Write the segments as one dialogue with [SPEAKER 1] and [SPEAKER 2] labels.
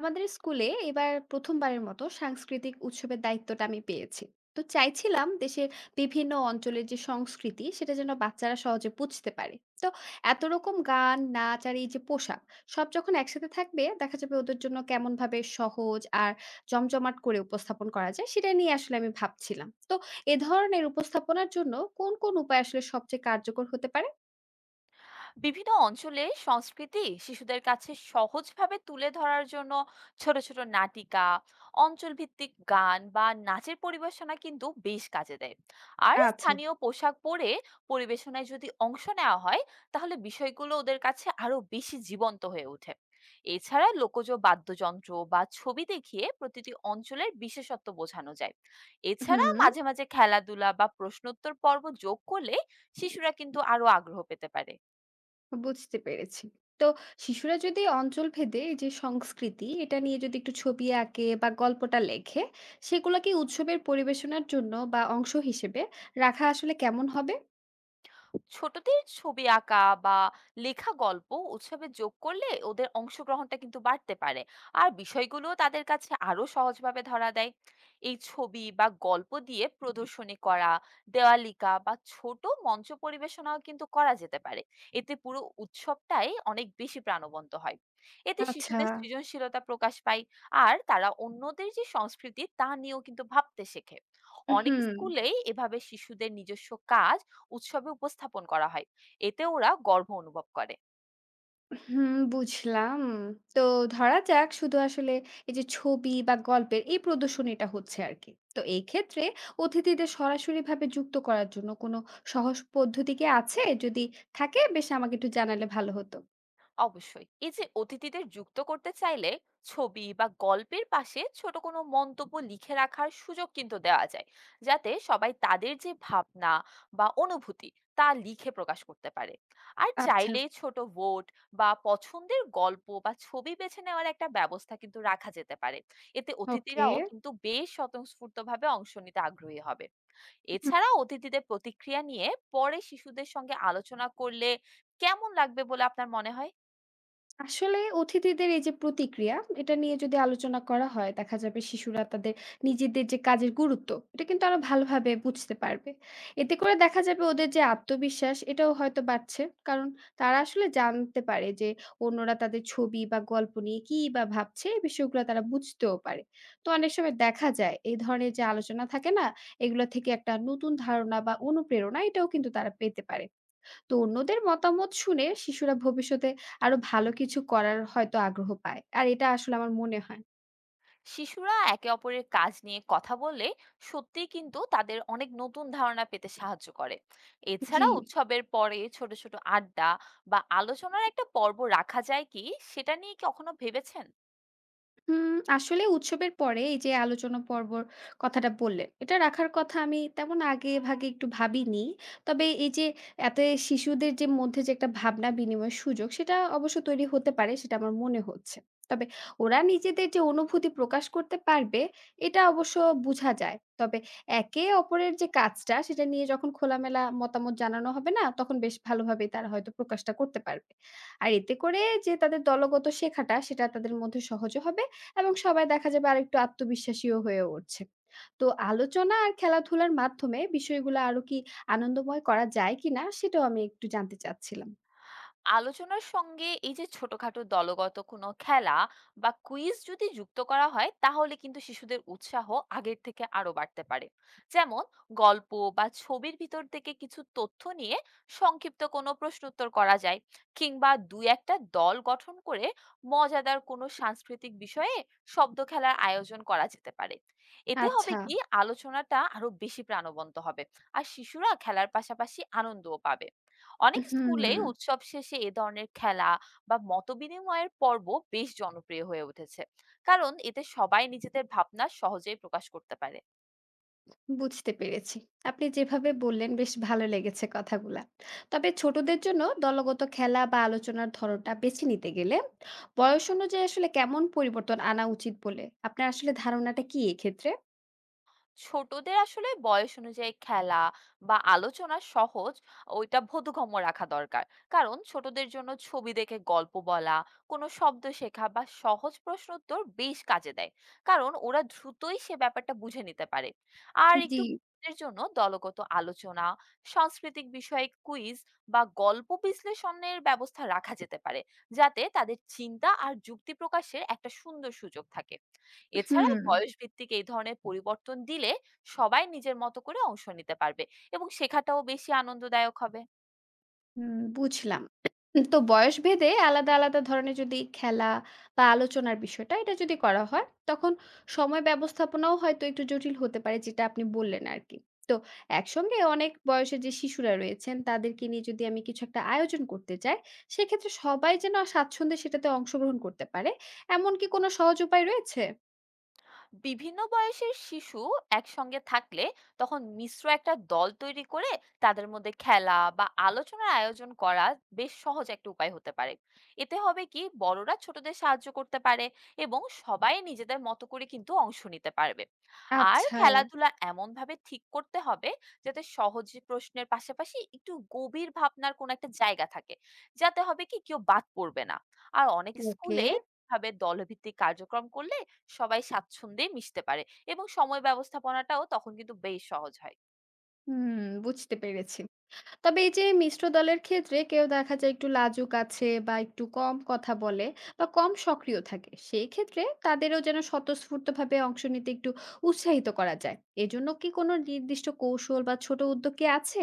[SPEAKER 1] আমাদের স্কুলে এবার প্রথমবারের মতো সাংস্কৃতিক উৎসবের দায়িত্বটা আমি পেয়েছি। তো চাইছিলাম দেশের বিভিন্ন অঞ্চলের যে সংস্কৃতি সেটা যেন বাচ্চারা সহজে বুঝতে পারে। তো এত রকম গান নাচ আর এই যে পোশাক সব যখন একসাথে থাকবে দেখা যাবে ওদের জন্য কেমন ভাবে সহজ আর জমজমাট করে উপস্থাপন করা যায় সেটা নিয়ে আসলে আমি ভাবছিলাম। তো এ ধরনের উপস্থাপনার জন্য কোন কোন উপায় আসলে সবচেয়ে কার্যকর হতে পারে?
[SPEAKER 2] বিভিন্ন অঞ্চলে সংস্কৃতি শিশুদের কাছে সহজভাবে তুলে ধরার জন্য ছোট ছোট নাটিকা, অঞ্চল ভিত্তিক গান বা নাচের পরিবেশনা কিন্তু বেশ কাজে দেয়। আর
[SPEAKER 1] আচ্ছা।
[SPEAKER 2] স্থানীয় পোশাক পরে পরিবেশনায় যদি অংশ নেওয়া হয়, তাহলে বিষয়গুলো ওদের কাছে আরো বেশি জীবন্ত হয়ে ওঠে। এছাড়া লোকজ বাদ্যযন্ত্র বা ছবি দেখিয়ে প্রতিটি অঞ্চলের বিশেষত্ব বোঝানো যায়। এছাড়া
[SPEAKER 1] হুম।
[SPEAKER 2] মাঝে মাঝে খেলাধুলা বা প্রশ্নোত্তর পর্ব যোগ করলে শিশুরা কিন্তু আরো আগ্রহ পেতে পারে।
[SPEAKER 1] বুঝতে পেরেছি। তো শিশুরা যদি অঞ্চলভেদে এই যে সংস্কৃতি এটা নিয়ে যদি একটু ছবি আঁকে বা গল্পটা লেখে, সেগুলা কি উৎসবের পরিবেশনার জন্য বা অংশ হিসেবে রাখা আসলে কেমন হবে?
[SPEAKER 2] ছোটদের ছবি আঁকা বা লেখা গল্প উৎসবে যোগ করলে ওদের অংশগ্রহণটা কিন্তু বাড়তে পারে, আর বিষয়গুলো তাদের কাছে আরো সহজভাবে ধরা দেয়। এই ছবি বা গল্প দিয়ে প্রদর্শনী করা, দেওয়ালিকা বা ছোট মঞ্চ পরিবেশনাও কিন্তু করা যেতে পারে। এতে পুরো উৎসবটাই অনেক বেশি প্রাণবন্ত হয়। এতে
[SPEAKER 1] আচ্ছা।
[SPEAKER 2] শিশুদের সৃজনশীলতা প্রকাশ পায়, আর তারা অন্যদের যে সংস্কৃতি তা নিয়েও কিন্তু ভাবতে শেখে। অনেক
[SPEAKER 1] হুম,
[SPEAKER 2] স্কুলেই এভাবে শিশুদের নিজস্ব কাজ উৎসবে উপস্থাপন করা হয়, এতে ওরা গর্ব অনুভব করে।
[SPEAKER 1] হুম, বুঝলাম। তো ধরা যাক শুধু আসলে এই যে ছবি বা গল্পের এই প্রদর্শনীটা হচ্ছে আরকি। তো এই ক্ষেত্রে অতিথিদের সরাসরিভাবে যুক্ত করার জন্য কোনো সহজ পদ্ধতি কি আছে? যদি থাকে বেশ আমাকে একটু জানালে ভালো হতো।
[SPEAKER 2] অবশ্যই, এই যে অতিথিদের যুক্ত করতে চাইলে ছবি বা গল্পের পাশে ছোট কোনো মন্তব্য লিখে রাখার সুযোগ কিন্তু দেওয়া যায়, যাতে সবাই তাদের যে ভাবনা বা অনুভূতি তা লিখে প্রকাশ করতে পারে। আর
[SPEAKER 1] আচ্ছা।
[SPEAKER 2] চাইলে ছোট ভোট বা পছন্দের গল্প বা ছবি বেছে নেওয়ার একটা ব্যবস্থা কিন্তু রাখা যেতে পারে। এতে
[SPEAKER 1] ওকে।
[SPEAKER 2] অতিথিরাও কিন্তু বেশ স্বতঃস্ফূর্তভাবে অংশ নিতে আগ্রহী হবে।
[SPEAKER 1] হুম।
[SPEAKER 2] এছাড়া অতিথিদের প্রতিক্রিয়া নিয়ে পরে শিশুদের সঙ্গে আলোচনা করলে কেমন লাগবে বলে আপনার মনে হয়?
[SPEAKER 1] আসলে অতিথিদের এই যে প্রতিক্রিয়া, এটা নিয়ে যদি আলোচনা করা হয়, দেখা যাবে শিশুরা তাদের নিজেদের যে কাজের গুরুত্ব, এটা কিন্তু আরো ভালোভাবে বুঝতে পারবে। এতে করে দেখা যাবে ওদের যে আত্মবিশ্বাস, এটাও হয়তো বাড়ছে। কারণ তারা আসলে জানতে পারে যে অন্যরা তাদের ছবি বা গল্প নিয়ে কিই বা ভাবছে, এই বিষয়গুলো তারা বুঝতেও পারে। তো অনেক সময় দেখা যায় এই ধরনের যে আলোচনা থাকে না, এগুলো থেকে একটা নতুন ধারণা বা অনুপ্রেরণা, এটাও কিন্তু তারা পেতে পারে। তো অন্যদের মতামত শুনে শিশুরা ভবিষ্যতে আরো ভালো কিছু করার হয়তো আগ্রহ পায়। আর এটা আসলে আমার মনে হয়।
[SPEAKER 2] শিশুরা একে অপরের কাজ নিয়ে কথা বললে সত্যিই কিন্তু তাদের অনেক নতুন ধারণা পেতে সাহায্য করে।
[SPEAKER 1] জি।
[SPEAKER 2] এছাড়া উৎসবের পরে ছোট ছোট আড্ডা বা আলোচনার একটা পর্ব রাখা যায় কি, সেটা নিয়ে কি কখনো ভেবেছেন?
[SPEAKER 1] হুম, আসলে উৎসবের পরে এই যে আলোচনা পর্বর কথাটা বললেন, এটা রাখার কথা আমি তেমন আগে ভাগে একটু ভাবিনি। তবে এই যে এতে শিশুদের যে মধ্যে যে একটা ভাবনা বিনিময়ের সুযোগ, সেটা অবশ্য তৈরি হতে পারে, সেটা আমার মনে হচ্ছে। তবে ওরা নিজেদের যে অনুভূতি প্রকাশ করতে পারবে, এটা অবশ্য বুঝা যায়। তবে একে অপরের যে কাজটা, সেটা নিয়ে যখন খোলামেলা মতামত জানানো হবে না, তখন বেশ ভালোভাবেই তারা হয়তো প্রকাশটা করতে পারবে। আর এতে করে যে তাদের দলগত শেখাটা, সেটা তাদের মধ্যে সহজে হবে। এবং সবাই দেখা যাবে আরেকটু আত্মবিশ্বাসীও হয়ে উঠছে। তো আলোচনা আর খেলাধুলার মাধ্যমে বিষয়গুলো আরো কি আনন্দময় করা যায় কিনা সেটাও আমি একটু জানতে চাচ্ছিলাম।
[SPEAKER 2] আলোচনার সঙ্গে এই যে ছোটখাটো দলগত কোনো খেলা বা কুইজ যদি যুক্ত করা হয়, তাহলে কিন্তু শিশুদের উৎসাহ আগের থেকে আরো বাড়তে পারে। যেমন, গল্প বা ছবির ভিতর থেকে কিছু তথ্য নিয়ে সংক্ষিপ্ত কোনো প্রশ্নোত্তর করা যায়, কিংবা দুই একটা দল গঠন করে মজাদার কোনো সাংস্কৃতিক বিষয়ে শব্দ খেলার আয়োজন করা যেতে পারে। এতে হবে
[SPEAKER 1] আচ্ছা,
[SPEAKER 2] কি, আলোচনাটা আরো বেশি প্রাণবন্ত হবে, আর শিশুরা খেলার পাশাপাশি আনন্দও পাবে। অনেক স্কুলে
[SPEAKER 1] হুম,
[SPEAKER 2] উৎসব শেষে এ ধরনের খেলা বা মতবিনিময়ের পর্ব বেশ জনপ্রিয় হয়ে উঠেছে, কারণ এতে সবাই নিজেদের ভাবনা সহজেই প্রকাশ করতে পারে।
[SPEAKER 1] বুঝতে পেরেছি। আপনি যেভাবে বললেন বেশ ভালো লেগেছে কথাগুলা। তবে ছোটদের জন্য দলগত খেলা বা আলোচনার ধরনটা বেছে নিতে গেলে বয়স অনুযায়ী আসলে কেমন পরিবর্তন আনা উচিত বলে আপনার আসলে ধারণাটা কি এক্ষেত্রে?
[SPEAKER 2] ছোটদের আসলে বয়স অনুযায়ী খেলা বা আলোচনা সহজ, ওইটা বোধগম্য রাখা দরকার। কারণ ছোটদের জন্য ছবি দেখে গল্প বলা, কোনো শব্দ শেখা বা সহজ প্রশ্ন উত্তর বেশ কাজে দেয়, কারণ ওরা দ্রুতই সে ব্যাপারটা বুঝে নিতে পারে। আর
[SPEAKER 1] জি।
[SPEAKER 2] একটু বড়দের জন্য দলগত আলোচনা, সাংস্কৃতিক বিষয়ে কুইজ বা গল্প বিশ্লেষণের ব্যবস্থা রাখা যেতে পারে, যাতে তাদের চিন্তা আর যুক্তি প্রকাশের একটা সুন্দর সুযোগ থাকে। এছাড়া
[SPEAKER 1] হুম।
[SPEAKER 2] বয়সভিত্তিক এই ধরনের পরিবর্তন দিলে সবাই নিজের মতো করে অংশ নিতে পারবে এবং শেখাটাও বেশি আনন্দদায়ক হবে।
[SPEAKER 1] হুম, বুঝলাম। তো বয়স ভেদে আলাদা, আলাদা ধরনের যদি খেলা বা আলোচনার বিষয়টা এটা যদি করা হয়, তখন সময় ব্যবস্থাপনাও হয়তো একটু জটিল হতে পারে যেটা আপনি বললেন আরকি। তো একসঙ্গে অনেক বয়সে যে শিশুরা রয়েছেন তাদেরকে নিয়ে যদি আমি কিছু একটা আয়োজন করতে চাই, সেক্ষেত্রে সবাই যেন স্বাচ্ছন্দ্যে সেটাতে অংশগ্রহণ করতে পারে, এমন কি কোনো সহজ উপায় রয়েছে?
[SPEAKER 2] বিভিন্ন বয়সের শিশু একসঙ্গে থাকলে তখন মিশ্র একটা দল তৈরি করে তাদের মধ্যে খেলা বা আলোচনার আয়োজন করা বেশ সহজ একটা উপায় হতে পারে। এতে হবে কি, বড়রা ছোটদের সাহায্য করতে পারে এবং সবাই নিজেদের মতো করে কিন্তু অংশ নিতে পারবে। আর
[SPEAKER 1] আচ্ছা।
[SPEAKER 2] খেলাধুলা এমন ভাবে ঠিক করতে হবে যাতে সহজ প্রশ্নের পাশাপাশি একটু গভীর ভাবনার কোন একটা জায়গা থাকে, যাতে হবে কি, কেউ বাদ পড়বে না। আর অনেক
[SPEAKER 1] ওকে।
[SPEAKER 2] স্কুলে ভাবে দলভিত্তিক কার্যক্রম করলে সবাই স্বাচ্ছন্দ্যে মিশতে পারে এবং সময় ব্যবস্থাপনাটাও তখন কিন্তু বেশ সহজ হয়।
[SPEAKER 1] হুম, বুঝতে পেরেছি। তবে এই যে মিশ্র দলের ক্ষেত্রে কেউ দেখা যায় একটু লাজুক আছে বা একটু কম কথা বলে বা কম সক্রিয় থাকে সেই ক্ষেত্রে তাদেরও যেন স্বতঃস্ফূর্তভাবে অংশ নিতে একটু উৎসাহিত করা যায়, এজন্য কি কোনো নির্দিষ্ট কৌশল বা ছোট উদ্যোগ কি আছে?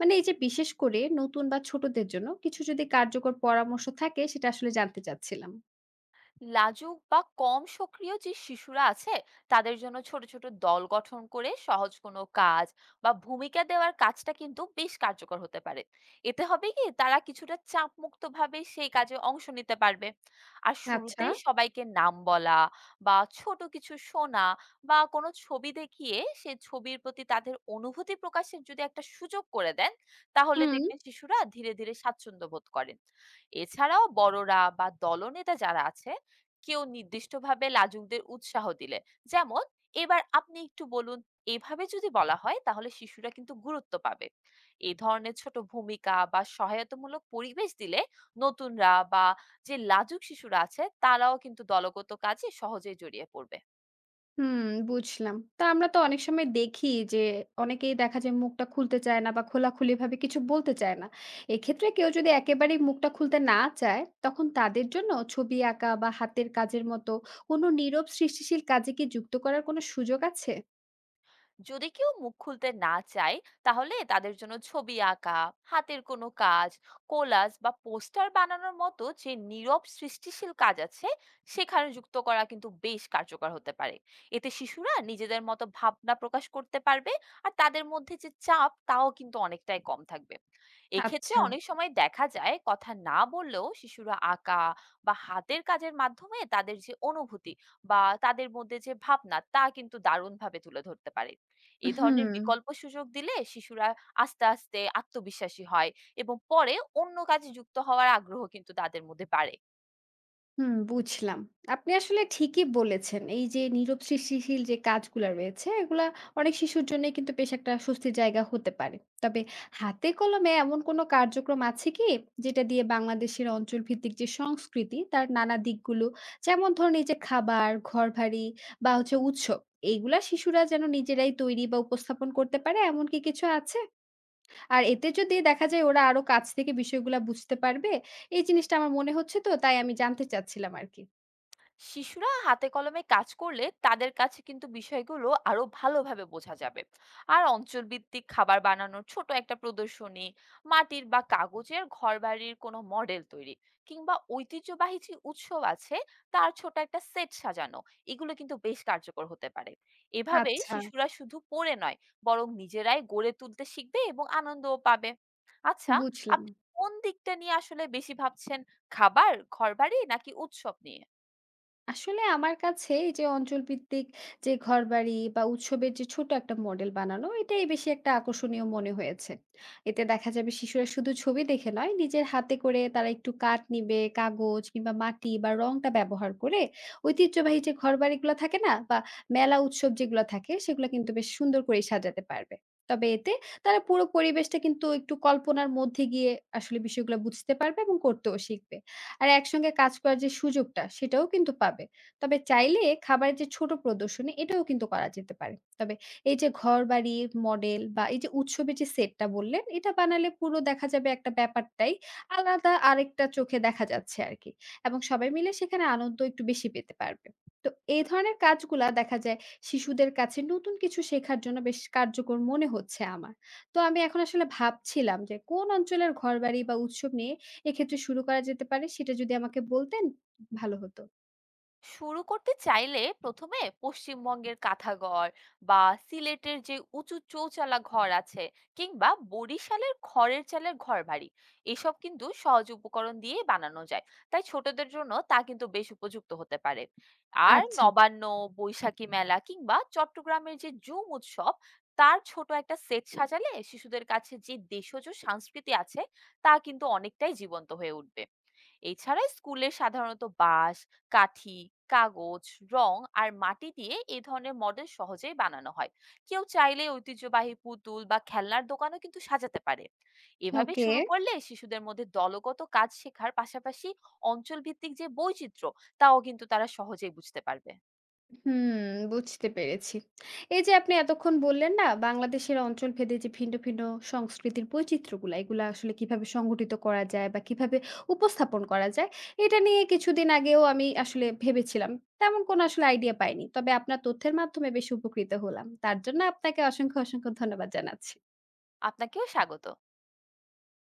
[SPEAKER 1] মানে এই যে বিশেষ করে নতুন বা ছোটদের জন্য কিছু যদি কার্যকর পরামর্শ থাকে সেটা আসলে জানতে চাচ্ছিলাম।
[SPEAKER 2] লাজুক বা কম সক্রিয় যে শিশুরা আছে, তাদের জন্য ছোট ছোট দল গঠন করে সহজ কোনো কাজ বা ভূমিকা দেওয়ার কাজটা কিন্তু বেশ কার্যকর হতে পারে। এতে হবে কি, তারা কিছুটা চাপমুক্ত ভাবে সেই কাজে অংশ নিতে পারবে। আর
[SPEAKER 1] আচ্ছা।
[SPEAKER 2] শুরুতেই সবাইকে নাম বলা বা ছোট কিছু শোনা বা কোনো ছবি দেখিয়ে সে ছবির প্রতি তাদের অনুভূতি প্রকাশের যদি একটা সুযোগ করে দেন, তাহলে
[SPEAKER 1] হুম।
[SPEAKER 2] দেখবেন শিশুরা ধীরে ধীরে স্বাচ্ছন্দ্য বোধ করেন। এছাড়াও বড়রা বা দলনেতা যারা আছে কেউ নির্দিষ্টভাবে লাজুকদের উৎসাহ দিলে, যেমন, এবার আপনি একটু বলুন, এভাবে যদি বলা হয়, তাহলে শিশুরা কিন্তু গুরুত্ব পাবে। এই ধরনের ছোট ভূমিকা বা সহায়তামূলক পরিবেশ দিলে নতুনরা বা যে লাজুক শিশুরা আছে তারাও কিন্তু দলগত কাজে সহজেই জড়িয়ে পড়বে।
[SPEAKER 1] হুম, বুঝলাম। তো আমরা তো অনেক সময় দেখি যে অনেকেই দেখা যায় মুখটা খুলতে চায় না বা খোলাখুলিভাবে কিছু বলতে চায় না। এক্ষেত্রে কেউ যদি একেবারেই মুখটা খুলতে না চায়, তখন তাদের জন্য ছবি আঁকা বা হাতের কাজের মতো কোনো নীরব সৃষ্টিশীল কাজে কি যুক্ত করার কোনো সুযোগ আছে?
[SPEAKER 2] যদি কেউ মুখ খুলতে না চায়, তাহলে তাদের জন্য ছবি আঁকা, হাতের কোনো কাজ, কোলাজ বা পোস্টার বানানোর মতো যে নীরব সৃষ্টিশীল কাজ আছে সেখানে যুক্ত করা কিন্তু বেশ কার্যকর হতে পারে। এতে শিশুরা নিজেদের মতো ভাবনা প্রকাশ করতে পারবে, আর তাদের মধ্যে যে চাপ তাও কিন্তু অনেকটাই কম থাকবে। এক্ষেত্রে
[SPEAKER 1] আচ্ছা।
[SPEAKER 2] অনেক সময় দেখা যায় কথা না বললেও শিশুরা আঁকা বা হাতের কাজের মাধ্যমে তাদের যে অনুভূতি বা তাদের মধ্যে যে ভাবনা তা কিন্তু দারুণভাবে তুলে ধরতে পারে। এ ধরনের
[SPEAKER 1] হুম।
[SPEAKER 2] বিকল্প সুযোগ দিলে শিশুরা আস্তে আস্তে আত্মবিশ্বাসী হয় এবং পরে অন্য কাজে যুক্ত হওয়ার আগ্রহ কিন্তু তাদের মধ্যে বাড়ে।
[SPEAKER 1] হুম, বুঝলাম। আপনি আসলে ঠিকই বলেছেন। এই যে নীরব সৃষ্টিশীল যে কাজগুলা রয়েছে, এগুলা অনেক শিশুর জন্যই কিন্তু বেশ একটা স্বস্তির জায়গা হতে পারে। তবে হাতে কলমে এমন কোনো কার্যক্রম আছে কি? যেটা দিয়ে বাংলাদেশের অঞ্চলভিত্তিক যে সংস্কৃতি, তার নানা দিকগুলো যেমন ধরুন এই যে খাবার, ঘরবাড়ি বা হচ্ছে উৎসব, এইগুলা শিশুরা যেন নিজেরাই তৈরি বা উপস্থাপন করতে পারে, এমন কি কিছু আছে? আর এতে যদি দেখা যায় ওরা আরো কাছ থেকে বিষয়গুলা বুঝতে পারবে, এই জিনিসটা আমার মনে হচ্ছে তো, তাই আমি জানতে চাচ্ছিলাম আরকি।
[SPEAKER 2] শিশুরা হাতে কলমে কাজ করলে তাদের কাছে কিন্তু বিষয়গুলো আরো ভালোভাবে বোঝা যাবে। আর অঞ্চলভিত্তিক খাবার বানানোর ছোট একটা প্রদর্শনী, মাটির বা কাগজের ঘরবাড়ির কোনো মডেল তৈরি, কিংবা ঐতিহ্যবাহী যে উৎসব আছে তার ছোট একটা সেট সাজানো, এগুলো কিন্তু বেশ কার্যকর হতে পারে। এভাবে
[SPEAKER 1] আচ্ছা,
[SPEAKER 2] শিশুরা শুধু পড়ে নয়, বরং নিজেরাই গড়ে তুলতে শিখবে এবং আনন্দও পাবে। আচ্ছা,
[SPEAKER 1] বুঝলাম।
[SPEAKER 2] আপনি কোন দিকটা নিয়ে আসলে বেশি ভাবছেন, খাবার, ঘরবাড়ি নাকি উৎসব নিয়ে?
[SPEAKER 1] আসলে আমার কাছে এই যে অঞ্চলভিত্তিক যে ঘরবাড়ি বা উৎসবের যে ছোট একটা মডেল বানানো, এটাই বেশি একটা আকর্ষণীয় মনে হয়েছে। এতে দেখা যাবে শিশুরা শুধু ছবি দেখে নয়, নিজের হাতে করে তারা একটু কাঠ নিবে, কাগজ কিংবা মাটি বা রংটা ব্যবহার করে ঐতিহ্যবাহী যে ঘরবাড়িগুলো থাকে না বা মেলা উৎসব যেগুলো থাকে, সেগুলো কিন্তু বেশ সুন্দর করে সাজাতে পারবে। তবে এতে তারা পুরো পরিবেশটা কিন্তু একটু কল্পনার মধ্যে গিয়ে আসলে বিষয়গুলো বুঝতে পারবে এবং করতেও শিখবে। আর একসঙ্গে কাজ করার যে সুযোগটা সেটাও কিন্তু পাবে। তবে চাইলে খাবারের যে ছোট প্রদর্শনী এটাও কিন্তু করা যেতে পারে। তবে এই যে ঘরবাড়ি, মডেল বা এই যে উৎসবের যে সেটটা বললেন, এটা বানালে পুরো দেখা যাবে একটা ব্যাপারটাই আলাদা আরেকটা চোখে দেখা যাচ্ছে আরকি। এবং সবাই মিলে সেখানে আনন্দ একটু বেশি পেতে পারবে। তো এই ধরনের কাজগুলা দেখা যায় শিশুদের কাছে নতুন কিছু শেখার জন্য বেশ কার্যকর মনে হচ্ছে আমার। তো আমি এখন আসলে ভাবছিলাম যে কোন অঞ্চলের ঘরবাড়ি বা উৎসব নিয়ে এক্ষেত্রে শুরু করা যেতে পারে সেটা যদি আমাকে বলতেন ভালো হতো।
[SPEAKER 2] শুরু করতে চাইলে প্রথমে পশ্চিমবঙ্গের কাঁথাঘর বা সিলেটের যে উঁচু চৌচালা ঘর আছে, কিংবা বরিশালের খড়ের চালের ঘর বাড়ি, এসব কিন্তু সহজ উপকরণ দিয়ে বানানো যায়, তাই ছোটদের জন্য তা কিন্তু বেশ উপযুক্ত হতে পারে। আর
[SPEAKER 1] আচ্ছা।
[SPEAKER 2] নবান্ন, বৈশাখী মেলা কিংবা চট্টগ্রামের যে জুম উৎসব, তার ছোট একটা সেট সাজালে শিশুদের কাছে যে দেশজ সংস্কৃতি আছে তা কিন্তু অনেকটাই জীবন্ত হয়ে উঠবে। এছাড়া স্কুলে সাধারণত বাঁশ, কাঠি, কাগজ, রং আর মাটি দিয়ে এই ধরনের মডেল সহজেই বানানো হয়। কেউ চাইলে ঐতিহ্যবাহী পুতুল বা খেলনার দোকানও কিন্তু সাজাতে পারে। এভাবে
[SPEAKER 1] ওকে।
[SPEAKER 2] শুরু করলে শিশুদের মধ্যে দলগত কাজ শেখার পাশাপাশি অঞ্চলভিত্তিক যে বৈচিত্র্য, তাও কিন্তু তারা সহজেই বুঝতে পারবে।
[SPEAKER 1] হুম, বুঝতে পেরেছি। এই যে আপনি এতক্ষণ বললেন না বাংলাদেশের অঞ্চলভেদে যে ভিন্ন, ভিন্ন সংস্কৃতির বৈচিত্র্যগুলা এগুলা আসলে কিভাবে সংগঠিত করা যায় বা কিভাবে উপস্থাপন করা যায়, এটা নিয়ে কিছুদিন আগেও আমি আসলে ভেবেছিলাম। তেমন কোনো আসলে আইডিয়া পাইনি। তবে আপনার তথ্যের মাধ্যমে বেশ উপকৃত হলাম। তার জন্য আপনাকে অসংখ্য, অসংখ্য ধন্যবাদ জানাচ্ছি।
[SPEAKER 2] আপনাকেও স্বাগত।